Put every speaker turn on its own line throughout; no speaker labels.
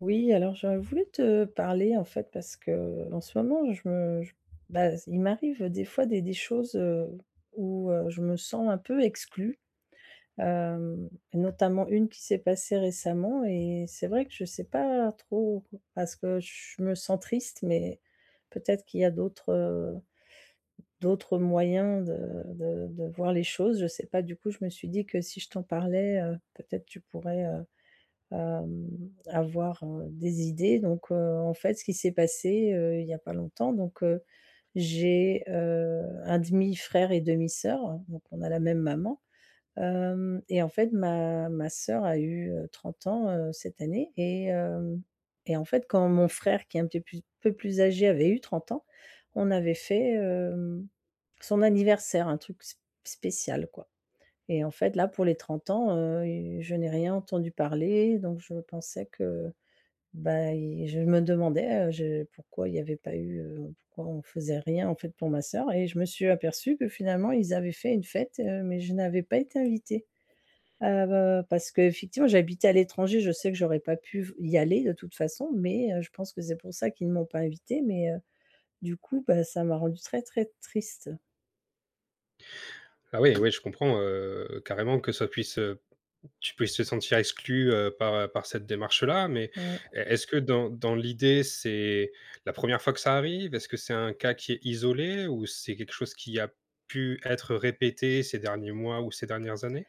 Oui, alors je voulu te parler en fait parce que en ce moment, bah, il m'arrive des fois des choses, où je me sens un peu exclue, et notamment une qui s'est passée récemment et c'est vrai que je sais pas trop parce que je me sens triste, mais peut-être qu'il y a d'autres d'autres moyens de voir les choses. Je sais pas. Du coup, je me suis dit que si je t'en parlais, peut-être tu pourrais, avoir, des idées. Donc, en fait ce qui s'est passé, il y a pas longtemps, donc, j'ai, un demi-frère et demi-sœur, hein, donc on a la même maman. Hem Et en fait ma sœur a eu, 30 ans, cette année, et hem et en fait quand mon frère, qui est un petit plus peu plus âgé, avait eu 30 ans, on avait fait, son anniversaire, un truc sp spécial, quoi. Et en fait, là, pour les 30 ans, je n'ai rien entendu parler, donc je pensais que, bah, il je me demandais, je pourquoi il n'y avait pas eu, pourquoi on faisait rien, en fait, pour ma sœur, et je me suis aperçue que finalement, ils avaient fait une fête, mais je n'avais pas été invitée. Bah, parce qu'effectivement, j'habitais à l'étranger, je sais que j'aurais pas pu y aller de toute façon, mais je pense que c'est pour ça qu'ils ne m'ont pas invitée, mais du coup, bah, ça m'a rendue très, très triste.
Ah oui, oui, je comprends, carrément que ça puisse, tu puisses te sentir exclu, par, par cette démarche-là, mais
Ouais.
e est-ce que dans l'idée, c'est la première fois que ça arrive? Est-ce que c'est un cas qui est isolé ou c'est quelque chose qui a pu être répété ces derniers mois ou ces dernières années?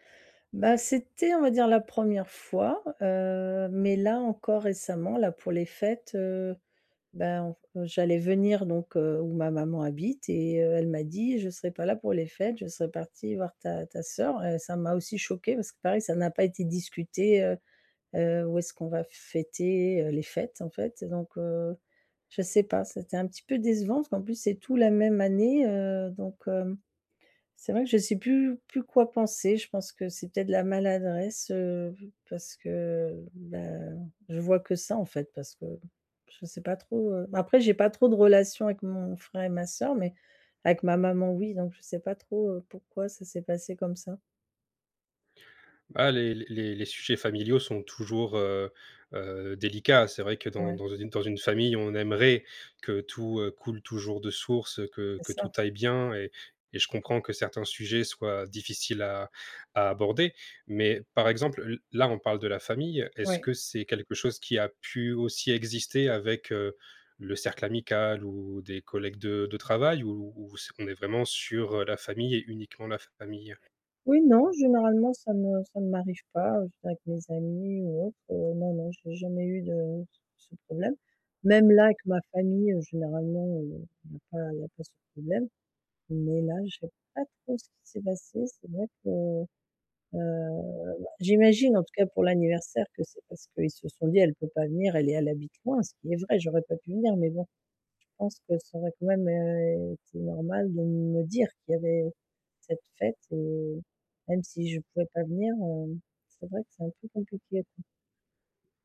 Bah, c'était, on va dire, la première fois, mais là, encore récemment, là, pour les fêtes, ben, on j'allais venir, donc où ma maman habite, et elle m'a dit: «Je serai pas là pour les fêtes, je serai partie voir ta sœur», et ça m'a aussi choquée parce que pareil, ça n'a pas été discuté, où est-ce qu'on va fêter, les fêtes, en fait. Donc, je sais pas, c'était un petit peu décevant, parce qu'en plus, c'est tout la même année. Donc hem C'est vrai que je sais plus quoi penser. Je pense que c'est peut-être de la maladresse, parce que, bah, je vois que ça, en fait, parce que je sais pas trop, après j'ai pas trop de relations avec mon frère et ma sœur, mais avec ma maman, oui. Donc je sais pas trop, pourquoi ça s'est passé comme ça.
Ah, les sujets familiaux sont toujours, délicats. C'est vrai que dans
Ouais,
dans une dans une famille, on aimerait que tout, coule toujours de source, que
c'est
tout
ça,
aille bien et je comprends que certains sujets soient difficiles à aborder. Mais par exemple, l là, on parle de la famille. Est-ce
ouais.
que c'est quelque chose qui a pu aussi exister avec, le cercle amical ou des collègues de travail ou c'est on est vraiment sur, la famille et uniquement la famille?
Oui, non, généralement ça ne m'arrive pas, avec mes amis ou autre, non, non, j'ai jamais eu de ce problème. Même là avec ma famille, généralement, il y a pas ce problème. Mais là, je sais pas trop ce qui s'est passé. C'est vrai que, heu, bah, j'imagine, en tout cas pour l'anniversaire, que c'est parce qu'ils se sont dit: «Elle peut pas venir, elle habite loin», ce qui est vrai, j'aurais pas pu venir, mais bon, je pense que ça aurait quand même, été normal de me dire qu'il y avait cette fête, et même si je pouvais pas venir, c'est vrai que c'est un peu compliqué.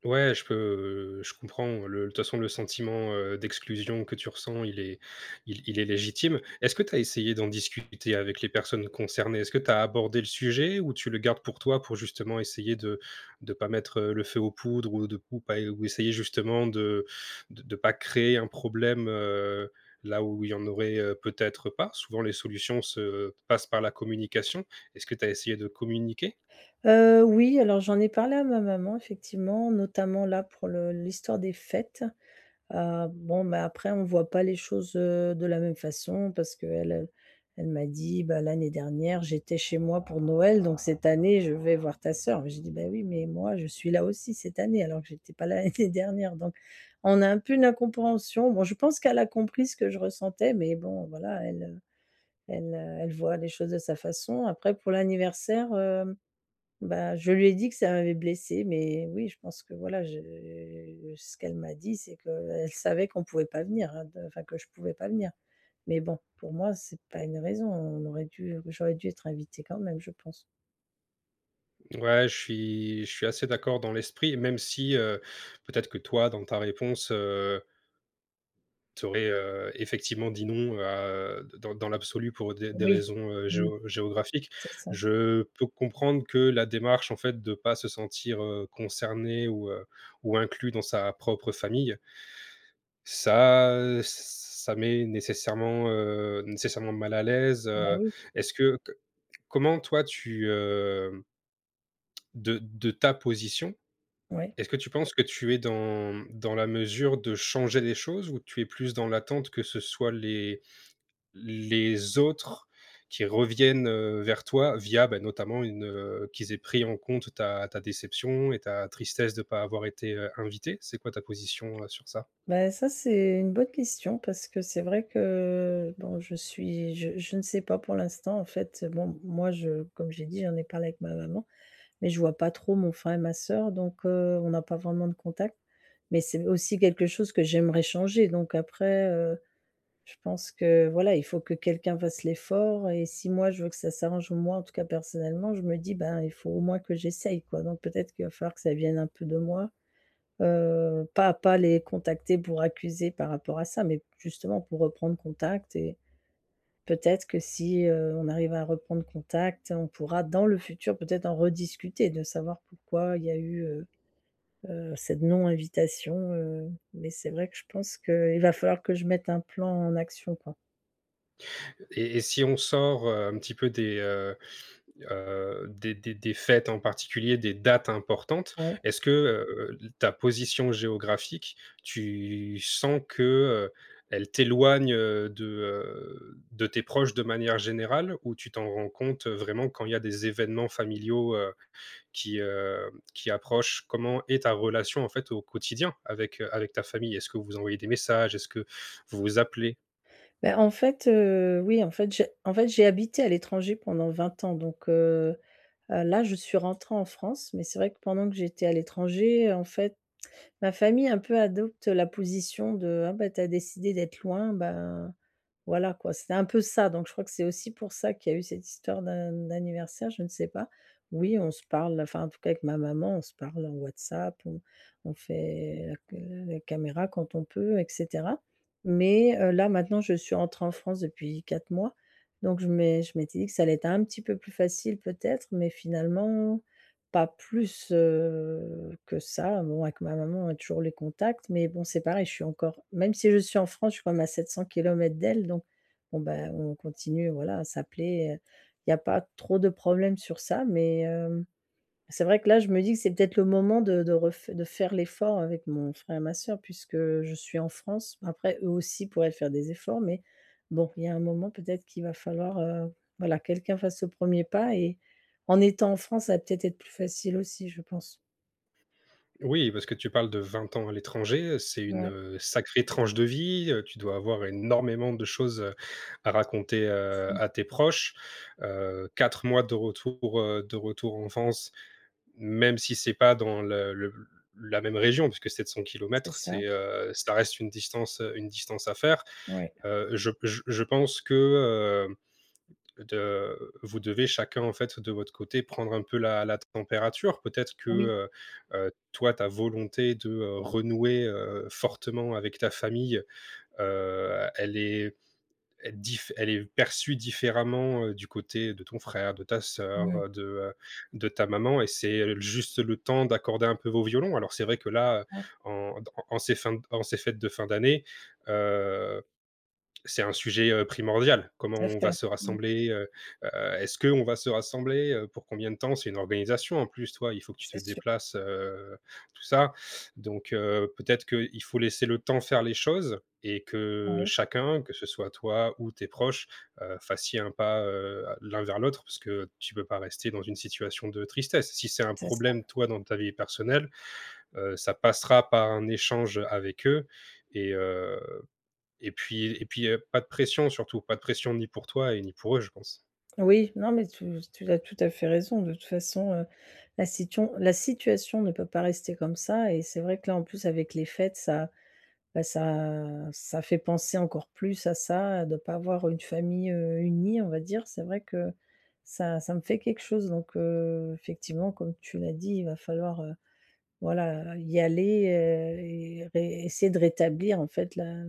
Ouais, je comprends le de toute façon, le sentiment, d'exclusion que tu ressens, il est légitime. Est-ce que tu as essayé d'en discuter avec les personnes concernées? Est-ce que tu as abordé le sujet ou tu le gardes pour toi pour justement essayer de pas mettre, le feu aux poudres ou de ou pas ou essayer justement de pas créer un problème, là où il y en aurait, peut-être pas? Souvent les solutions se passent par la communication. Est-ce que tu as essayé de communiquer?
Oui, alors j'en ai parlé à ma maman effectivement, notamment là pour le l'histoire des fêtes. Bon, mais après on voit pas les choses, de la même façon, parce que elle, elle m'a dit: «Bah, l'année dernière, j'étais chez moi pour Noël, donc cette année, je vais voir ta sœur». Mais j'ai dit: «Bah, oui, mais moi, je suis là aussi cette année alors que j'étais pas là l'année dernière». Donc on a un peu une incompréhension. Bon, je pense qu'elle a compris ce que je ressentais, mais bon, voilà, elle, elle voit les choses de sa façon. Après pour l'anniversaire, hem bah, je lui ai dit que ça m'avait blessée, mais oui, je pense que voilà, je ce qu'elle m'a dit, c'est qu'elle savait qu'on pouvait pas venir, hein, de enfin, que je pouvais pas venir. Mais bon, pour moi, c'est pas une raison. On aurait dû J'aurais dû être invitée quand même, je pense.
Ouais, je suis assez d'accord dans l'esprit, même si, peut-être que toi, dans ta réponse, tu aurais, effectivement dit non, à dans dans l'absolu pour des
Oui,
raisons,
mmh,
géographiques.
c'est ça.
Je peux comprendre que la démarche, en fait, de pas se sentir, concerné ou inclus dans sa propre famille, ça, ça met nécessairement, nécessairement mal à l'aise,
Bah,
heu.
oui,
Est-ce que c Comment toi tu, de ta position,
ouais.
est-ce que tu penses que tu es dans dans la mesure de changer les choses ou tu es plus dans l'attente que ce soit les autres qui reviennent, vers toi via, bah, notamment une, qu'ils aient pris en compte ta ta déception et ta tristesse de ne pas avoir été, invité? C'est quoi ta position, sur ça?
Ben ça, c'est une bonne question, parce que c'est vrai que bon, je suis je ne sais pas pour l'instant, en fait. Bon, moi je comme j'ai dit, j'en ai parlé avec ma maman, mais je vois pas trop mon frère et ma sœur, donc on n'a pas vraiment de contact. Mais c'est aussi quelque chose que j'aimerais changer, donc après, je pense que, voilà, il faut que quelqu'un fasse l'effort, et si moi je veux que ça s'arrange, moi, en tout cas personnellement, je me dis: «Ben, il faut au moins que j'essaye, quoi». Donc peut-être qu'il va falloir que ça vienne un peu de moi, pas les contacter pour accuser par rapport à ça, mais justement pour reprendre contact. Et peut-être que si, on arrive à reprendre contact, on pourra dans le futur peut-être en rediscuter, de savoir pourquoi il y a eu, cette non-invitation, mais c'est vrai que je pense qu'il va falloir que je mette un plan en action, quoi.
Et si on sort, un petit peu des fêtes en particulier, des dates importantes.
Ouais.
Est-ce que, ta position géographique, tu sens que, heu, elle t'éloigne, de tes proches de manière générale ou tu t'en rends compte vraiment quand il y a des événements familiaux, qui, heu, qui approchent? Comment est ta relation en fait au quotidien avec, avec ta famille? Est-ce que vous envoyez des messages? Est-ce que vous vous appelez?
Bah, en fait, oui, en fait, j'ai habité à l'étranger pendant 20 ans, donc là, je suis rentrée en France, mais c'est vrai que pendant que j'étais à l'étranger, en fait, ma famille un peu adopte la position de: «Ah bah, t'as décidé d'être loin, ben». Voilà quoi, c'était un peu ça, donc je crois que c'est aussi pour ça qu'il y a eu cette histoire d'anniversaire, je ne sais pas. Oui, on se parle, enfin en tout cas avec ma maman, on se parle en WhatsApp, on fait la caméra quand on peut, et cetera. Mais, là maintenant, je suis rentrée en France depuis 4 mois, donc je m'étais dit que ça allait être un petit peu plus facile peut-être, mais finalement pas plus, que ça. Bon, avec ma maman, on a toujours les contacts, mais bon, c'est pareil, je suis encore même si je suis en France, je suis quand même à 700 kilomètres d'elle, donc bon, ben, on continue, voilà, à s'appeler, il y a pas trop de problèmes sur ça, mais hem c'est vrai que là, je me dis que c'est peut-être le moment de faire l'effort avec mon frère et ma sœur, puisque je suis en France. Après, eux aussi pourraient faire des efforts, mais bon, il y a un moment peut-être qu'il va falloir, voilà, quelqu'un fasse ce premier pas, et en étant en France, ça va peut-être être plus facile aussi, je pense.
Oui, parce que tu parles de 20 ans à l'étranger, c'est une,
Ouais.
sacrée tranche de vie, tu dois avoir énormément de choses, à raconter,
Mmh.
à tes proches. 4 mois de retour en France, même si c'est pas dans le la même région, puisque 700
C'est
kilomètres,
ça,
c'est, ça reste une distance à faire.
ouais.
Je pense que, de, vous devez chacun, en fait, de votre côté, prendre un peu la, la température. Peut-être que
Oui,
toi, ta volonté de renouer fortement avec ta famille, euh, elle est elle est perçue différemment du côté de ton frère, de ta sœur,
mmh,
de ta maman, et c'est juste le temps d'accorder un peu vos violons. Alors c'est vrai que là,
ça,
en, en ces fêtes de fin d'année, euh, c'est un sujet, primordial. Comment
tout à
on va
fait.
se
Mmh,
rassembler, heu, est-ce qu'on va se rassembler, pour combien de temps? C'est une organisation en plus, toi, il faut que tu te
c'est sûr.
déplaces, tout ça. Donc peut-être qu'il faut laisser le temps faire les choses et que
oui,
chacun, que ce soit toi ou tes proches, fassiez un pas, l'un vers l'autre parce que tu peux pas rester dans une situation de tristesse. Si c'est un
c'est
problème, toi, dans ta vie personnelle, ça passera par un échange avec eux et et puis, pas de pression surtout, pas de pression ni pour toi et ni pour eux, je pense.
Oui, non, mais tu as tout à fait raison. De toute façon, la situation ne peut pas rester comme ça, et c'est vrai que là, en plus, avec les fêtes, ça, bah, ça fait penser encore plus à ça, de ne pas avoir une famille, unie, on va dire. C'est vrai que ça me fait quelque chose, donc effectivement, comme tu l'as dit, il va falloir, voilà, y aller, et ré essayer de rétablir, en fait, la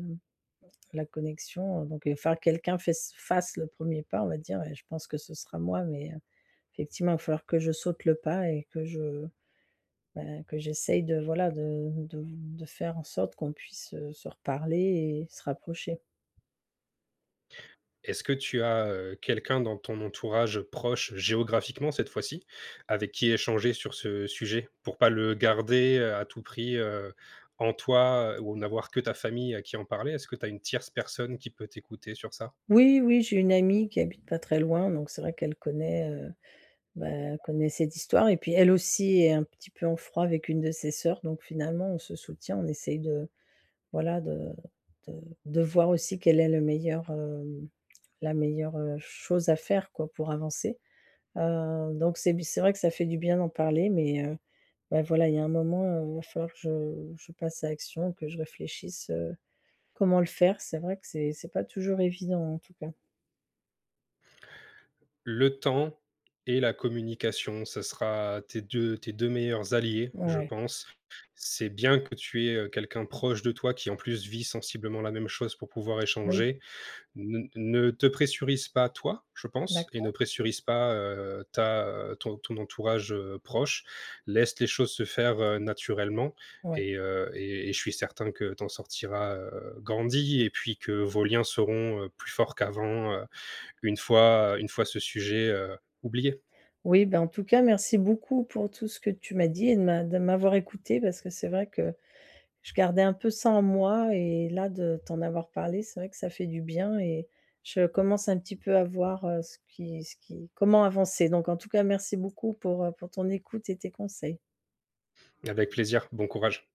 la connexion. Donc il va falloir que quelqu'un faisse fasse le premier pas, on va dire, et je pense que ce sera moi, mais effectivement, il va falloir que je saute le pas et que que j'essaye, de voilà, de faire en sorte qu'on puisse, se reparler et se rapprocher.
Est-ce que tu as, quelqu'un dans ton entourage proche, géographiquement cette fois-ci, avec qui échanger sur ce sujet? Pour pas le garder, à tout prix, en toi, ou n'avoir que ta famille à qui en parler. Est-ce que tu as une tierce personne qui peut t'écouter sur ça?
Oui, oui, j'ai une amie qui habite pas très loin, donc c'est vrai qu'elle connaît, bah, connaît cette histoire, et puis elle aussi est un petit peu en froid avec une de ses sœurs, donc finalement on se soutient, on essaye de, voilà, de voir aussi quelle est le meilleur, hem, la meilleure, chose à faire, quoi, pour avancer. Donc c'est, vrai que ça fait du bien d'en parler, mais bah, voilà, il y a un moment, il va falloir que je passe à l'action, que je réfléchisse, comment le faire. C'est vrai que c'est pas toujours évident, en tout cas.
Le temps et la communication, ça sera tes 2 meilleurs alliés, je
Ouais,
pense. C'est bien que tu aies, quelqu'un proche de toi qui, en plus, vit sensiblement la même chose pour pouvoir
oui,
échanger. Ne te pressurise pas toi, je pense et ne
d'accord,
pressurise pas, ta, ton entourage, proche. Laisse les choses se faire, naturellement
ouais.
et et je suis certain que tu en sortiras, grandi et puis que vos liens seront, plus forts qu'avant, une fois ce sujet oublié.
Oui, ben, en tout cas, merci beaucoup pour tout ce que tu m'as dit et de m'avoir écouté, parce que c'est vrai que je gardais un peu ça en moi, et là, de t'en avoir parlé, c'est vrai que ça fait du bien, et je commence un petit peu à voir, ce qui comment avancer. Donc en tout cas, merci beaucoup pour, pour ton écoute et tes conseils.
Avec plaisir. Bon courage.